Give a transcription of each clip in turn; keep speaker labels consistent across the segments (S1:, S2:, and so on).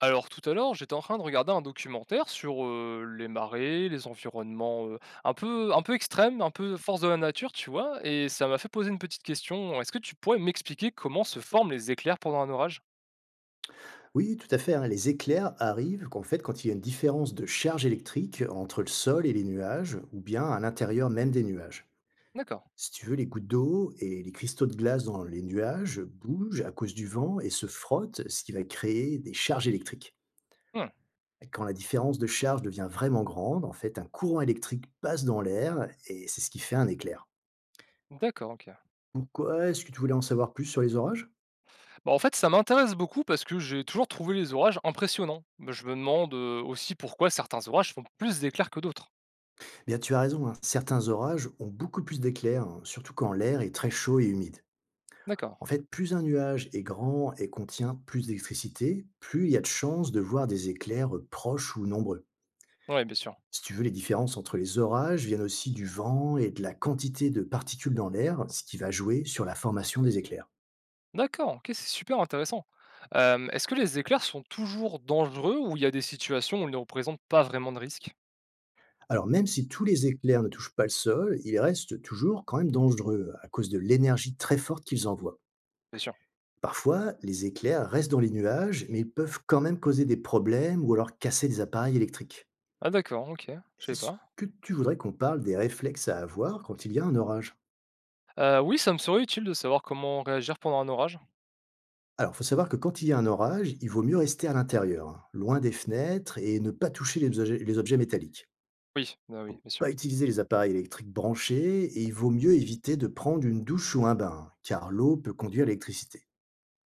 S1: Alors tout à l'heure, j'étais en train de regarder un documentaire sur, les marées, les environnements, un peu extrêmes, un peu force de la nature, tu vois? Et ça m'a fait poser une petite question. Est-ce que tu pourrais m'expliquer comment se forment les éclairs pendant un orage?
S2: Oui, tout à fait, hein. Les éclairs arrivent qu'en fait quand il y a une différence de charge électrique entre le sol et les nuages, ou bien à l'intérieur même des nuages.
S1: D'accord.
S2: Si tu veux, les gouttes d'eau et les cristaux de glace dans les nuages bougent à cause du vent et se frottent, ce qui va créer des charges électriques.
S1: Mmh.
S2: Quand la différence de charge devient vraiment grande, en fait, un courant électrique passe dans l'air et c'est ce qui fait un éclair.
S1: D'accord, OK.
S2: Pourquoi est-ce que tu voulais en savoir plus sur les orages?
S1: Bah, en fait, ça m'intéresse beaucoup parce que j'ai toujours trouvé les orages impressionnants. Bah, je me demande, aussi pourquoi certains orages font plus d'éclairs que d'autres.
S2: Eh bien, tu as raison, hein. Certains orages ont beaucoup plus d'éclairs, hein, surtout quand l'air est très chaud et humide.
S1: D'accord.
S2: En fait, plus un nuage est grand et contient plus d'électricité, plus il y a de chances de voir des éclairs proches ou nombreux.
S1: Oui, bien sûr.
S2: Si tu veux, les différences entre les orages viennent aussi du vent et de la quantité de particules dans l'air, ce qui va jouer sur la formation des éclairs.
S1: D'accord, OK, c'est super intéressant. Hem, est-ce que les éclairs sont toujours dangereux ou il y a des situations où ils ne représentent pas vraiment de risque?
S2: Alors même si tous les éclairs ne touchent pas le sol, ils restent toujours quand même dangereux à cause de l'énergie très forte qu'ils envoient.
S1: Bien sûr.
S2: Parfois, les éclairs restent dans les nuages, mais ils peuvent quand même causer des problèmes ou alors casser des appareils électriques.
S1: Ah d'accord, OK, je savais
S2: Est-ce
S1: pas.
S2: que tu voudrais qu'on parle des réflexes à avoir quand il y a un orage?
S1: Oui, ça me serait utile de savoir comment réagir pendant un orage.
S2: Alors, faut savoir que quand il y a un orage, il vaut mieux rester à l'intérieur, hein, loin des fenêtres et ne pas toucher les objets métalliques.
S1: Oui, bah, oui, bien sûr.
S2: Pas utiliser les appareils électriques branchés, et il vaut mieux éviter de prendre une douche ou un bain, hein, car l'eau peut conduire à l'électricité.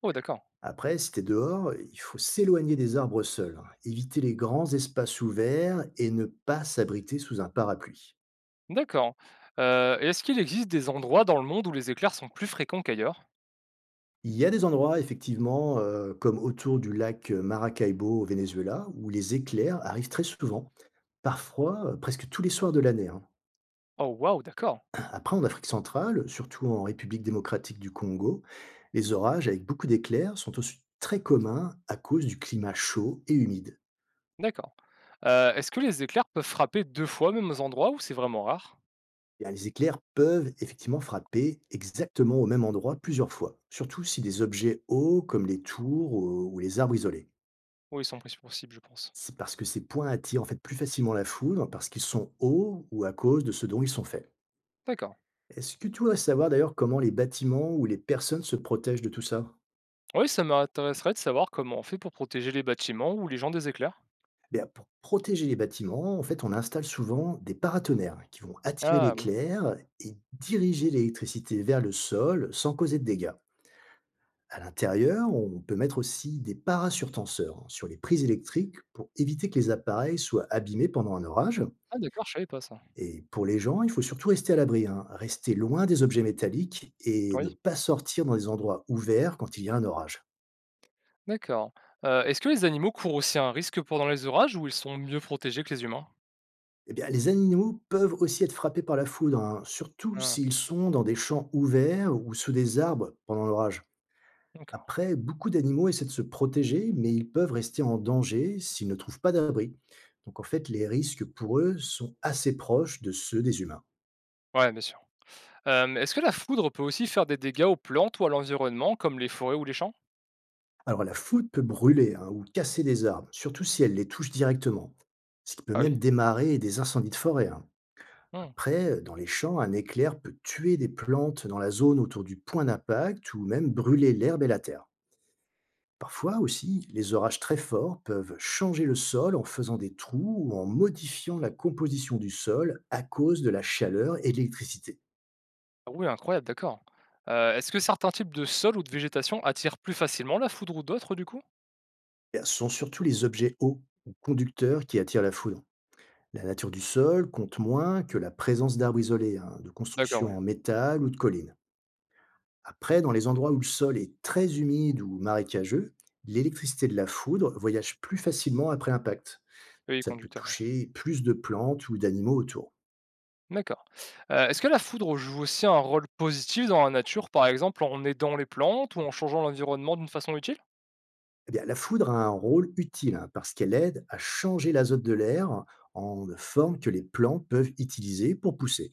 S1: Oh d'accord,
S2: Après, si t'es dehors, il faut s'éloigner des arbres seuls, hein, éviter les grands espaces ouverts et ne pas s'abriter sous un parapluie.
S1: d'accord. Et est-ce qu'il existe des endroits dans le monde où les éclairs sont plus fréquents qu'ailleurs?
S2: Il y a des endroits effectivement, comme autour du lac Maracaibo au Venezuela, où les éclairs arrivent très souvent, parfois, presque tous les soirs de l'année, hein.
S1: Oh waouh, d'accord,
S2: Après, en Afrique centrale, surtout en République démocratique du Congo, les orages avec beaucoup d'éclairs sont aussi très communs à cause du climat chaud et humide.
S1: d'accord. Est-ce que les éclairs peuvent frapper 2 fois au même endroit ou c'est vraiment rare?
S2: Eh bien, les éclairs peuvent effectivement frapper exactement au même endroit plusieurs fois, surtout si des objets hauts comme les tours ou les arbres isolés.
S1: Oui, ils sont pris pour cible, je pense.
S2: C'est parce que ces points attirent en fait plus facilement la foudre, parce qu'ils sont hauts ou à cause de ce dont ils sont faits.
S1: D'accord.
S2: Est-ce que tu voudrais savoir d'ailleurs comment les bâtiments ou les personnes se protègent de tout ça?
S1: Oui, ça m'intéresserait de savoir comment on fait pour protéger les bâtiments ou les gens des éclairs.
S2: Eh bien, pour protéger les bâtiments, en fait, on installe souvent des paratonnerres qui vont attirer
S1: Ah oui.
S2: l'éclair et diriger l'électricité vers le sol sans causer de dégâts. À l'intérieur, on peut mettre aussi des parasurtenseurs, hein, sur les prises électriques pour éviter que les appareils soient abîmés pendant un orage.
S1: Ah d'accord, je savais pas ça.
S2: Et pour les gens, il faut surtout rester à l'abri, hein, rester loin des objets métalliques et ne
S1: Oui.
S2: pas sortir dans des endroits ouverts quand il y a un orage.
S1: D'accord. Est-ce que les animaux courent aussi un risque pendant les orages ou ils sont mieux protégés que les humains?
S2: Eh bien, les animaux peuvent aussi être frappés par la foudre, hein, surtout
S1: Ah,
S2: s'ils sont dans des champs ouverts ou sous des arbres pendant l'orage.
S1: d'accord.
S2: Après, beaucoup d'animaux essaient de se protéger, mais ils peuvent rester en danger s'ils ne trouvent pas d'abri. Donc en fait, les risques pour eux sont assez proches de ceux des humains.
S1: Ouais, bien sûr. Est-ce que la foudre peut aussi faire des dégâts aux plantes ou à l'environnement, comme les forêts ou les champs?
S2: Alors la foudre peut brûler, hein, ou casser des arbres, surtout si elle les touche directement, ce qui peut
S1: Ah oui.
S2: même démarrer des incendies de forêt, hein.
S1: Hmm.
S2: Après, dans les champs, un éclair peut tuer des plantes dans la zone autour du point d'impact ou même brûler l'herbe et la terre. Parfois aussi, les orages très forts peuvent changer le sol en faisant des trous ou en modifiant la composition du sol à cause de la chaleur et de l'électricité.
S1: Ah oui, incroyable, d'accord. Est-ce que certains types de sols ou de végétation attirent plus facilement la foudre ou d'autres du coup?
S2: Ce sont surtout les objets hauts ou conducteurs qui attirent la foudre. La nature du sol compte moins que la présence d'arbres isolés, hein, de
S1: D'accord, oui.
S2: constructions en métal ou de collines. Après, dans les endroits où le sol est très humide ou marécageux, l'électricité de la foudre voyage plus facilement après l'impact.
S1: Oui,
S2: Ça peut
S1: conducteur, ouais.
S2: toucher plus de plantes ou d'animaux autour.
S1: D'accord. Est-ce que la foudre joue aussi un rôle positif dans la nature, par exemple en aidant les plantes ou en changeant l'environnement d'une façon utile?
S2: Eh bien, la foudre a un rôle utile, hein, parce qu'elle aide à changer l'azote de l'air en forme que les plantes peuvent utiliser pour pousser.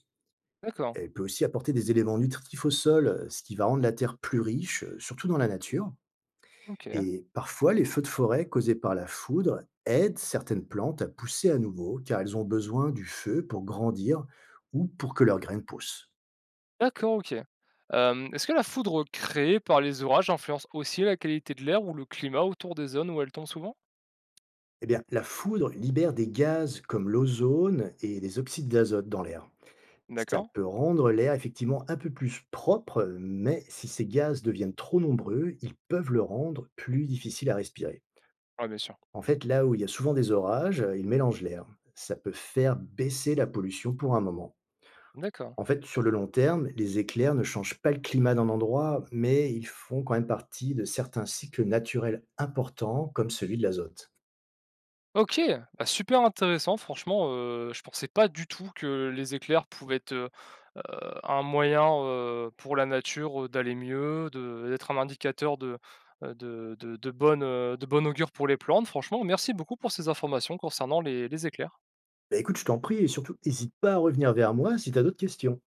S1: D'accord,
S2: Elle peut aussi apporter des éléments nutritifs au sol, ce qui va rendre la terre plus riche, surtout dans la nature.
S1: OK.
S2: Et parfois, les feux de forêt causés par la foudre aident certaines plantes à pousser à nouveau, car elles ont besoin du feu pour grandir ou pour que leurs graines poussent.
S1: D'accord, OK. Hem, est-ce que la foudre créée par les orages influence aussi la qualité de l'air ou le climat autour des zones où elle tombe souvent?
S2: Eh bien, la foudre libère des gaz comme l'ozone et des oxydes d'azote dans l'air. Ça
S1: D'accord.
S2: peut rendre l'air effectivement un peu plus propre, mais si ces gaz deviennent trop nombreux, ils peuvent le rendre plus difficile à respirer.
S1: Ouais, bien sûr.
S2: En fait, là où il y a souvent des orages, ils mélangent l'air. Ça peut faire baisser la pollution pour un moment.
S1: D'accord.
S2: En fait, sur le long terme, les éclairs ne changent pas le climat d'un endroit, mais ils font quand même partie de certains cycles naturels importants, comme celui de l'azote.
S1: OK, bah, super intéressant franchement, je pensais pas du tout que les éclairs pouvaient être, heu, un moyen, pour la nature, d'aller mieux, de d'être un indicateur de de bonne, de bon augure pour les plantes. Franchement, merci beaucoup pour ces informations concernant les éclairs.
S2: Bah écoute, je t'en prie, et surtout, n'hésite pas à revenir vers moi si tu as d'autres questions.